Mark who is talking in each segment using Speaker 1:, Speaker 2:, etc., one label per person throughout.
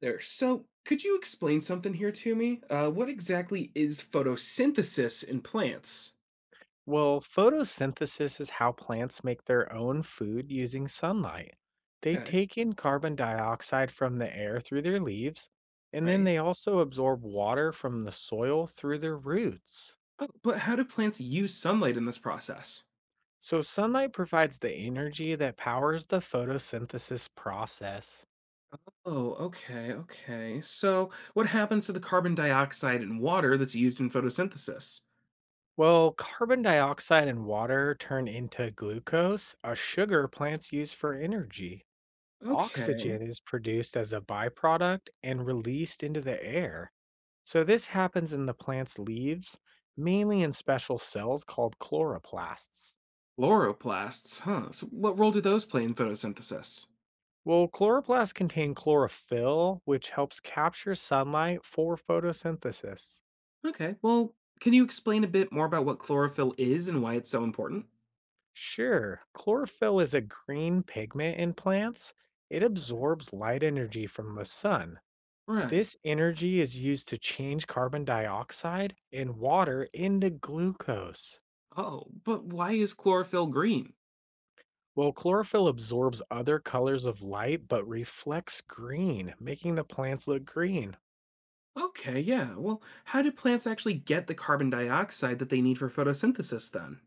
Speaker 1: There. So, could you explain something here to me? What exactly is photosynthesis in plants?
Speaker 2: Well, photosynthesis is how plants make their own food using sunlight. They
Speaker 1: Okay.
Speaker 2: take in carbon dioxide from the air through their leaves, and then
Speaker 1: Right.
Speaker 2: they also absorb water from the soil through their roots.
Speaker 1: Oh, but how do plants use sunlight in this process?
Speaker 2: So, sunlight provides the energy that powers the photosynthesis process.
Speaker 1: Oh, okay, okay. So, what happens to the carbon dioxide and water that's used in photosynthesis?
Speaker 2: Well, carbon dioxide and water turn into glucose, a sugar plants use for energy.
Speaker 1: Okay.
Speaker 2: Oxygen is produced as a byproduct and released into the air. So this happens in the plant's leaves, mainly in special cells called chloroplasts.
Speaker 1: Chloroplasts, huh? So, what role do those play in photosynthesis?
Speaker 2: Well, chloroplasts contain chlorophyll, which helps capture sunlight for photosynthesis.
Speaker 1: Okay, well, can you explain a bit more about what chlorophyll is and why it's so important?
Speaker 2: Sure, chlorophyll is a green pigment in plants. It absorbs light energy from the sun.
Speaker 1: Right.
Speaker 2: This energy is used to change carbon dioxide and water into glucose.
Speaker 1: Oh, but why is chlorophyll green?
Speaker 2: Well, chlorophyll absorbs other colors of light but reflects green, making the plants look green.
Speaker 1: Okay, yeah. Well, how do plants actually get the carbon dioxide that they need for photosynthesis then?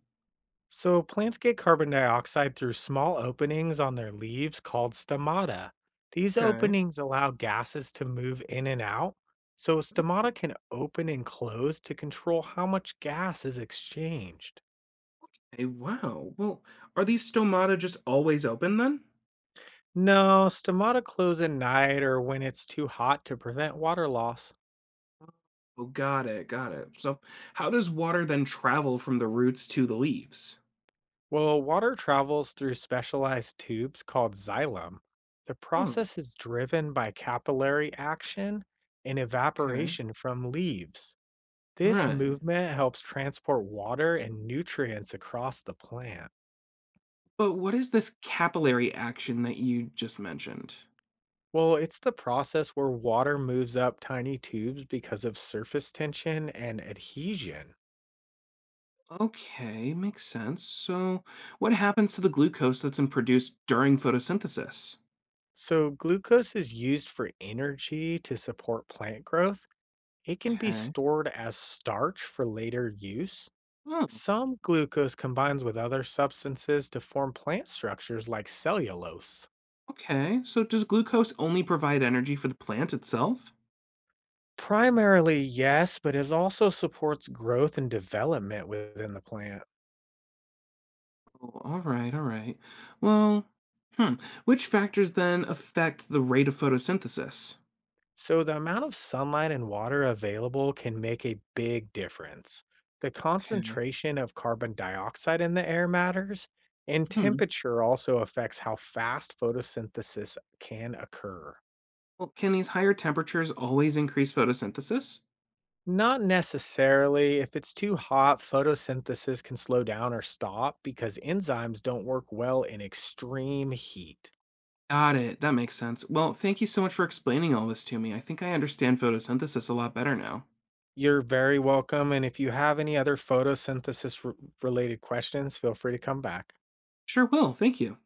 Speaker 2: So, plants get carbon dioxide through small openings on their leaves called stomata. These
Speaker 1: Okay.
Speaker 2: openings allow gases to move in and out. So, stomata can open and close to control how much gas is exchanged.
Speaker 1: Hey, wow. Well, are these stomata just always open then?
Speaker 2: No, stomata close at night or when it's too hot to prevent water loss.
Speaker 1: Oh, got it, got it. So, how does water then travel from the roots to the leaves?
Speaker 2: Well, water travels through specialized tubes called xylem. The
Speaker 1: Oh,
Speaker 2: process is driven by capillary action and
Speaker 1: okay.
Speaker 2: evaporation from leaves. This
Speaker 1: Right.
Speaker 2: movement helps transport water and nutrients across the plant.
Speaker 1: But what is this capillary action that you just mentioned?
Speaker 2: Well, it's the process where water moves up tiny tubes because of surface tension and adhesion.
Speaker 1: Okay, makes sense. So, what happens to the glucose that's been produced during photosynthesis?
Speaker 2: So, glucose is used for energy to support plant growth. It can be
Speaker 1: Okay.
Speaker 2: stored as starch for later use. Some glucose combines with other substances to form plant structures like cellulose.
Speaker 1: Okay, so does glucose only provide energy for the plant itself?
Speaker 2: Primarily, yes, but it also supports growth and development within the plant.
Speaker 1: Oh, all right, all right. Well, hmm. Which factors then affect the rate of photosynthesis?
Speaker 2: So, the amount of sunlight and water available can make a big difference. The
Speaker 1: Okay.
Speaker 2: concentration of carbon dioxide in the air matters, and
Speaker 1: Hmm.
Speaker 2: temperature also affects how fast photosynthesis can occur.
Speaker 1: Well, can these higher temperatures always increase photosynthesis?
Speaker 2: Not necessarily. If it's too hot, photosynthesis can slow down or stop because enzymes don't work well in extreme heat.
Speaker 1: Got it. That makes sense. Well, thank you so much for explaining all this to me. I think I understand photosynthesis a lot better now.
Speaker 2: You're very welcome. And if you have any other photosynthesis related questions, feel free to come back.
Speaker 1: Sure will. Thank you.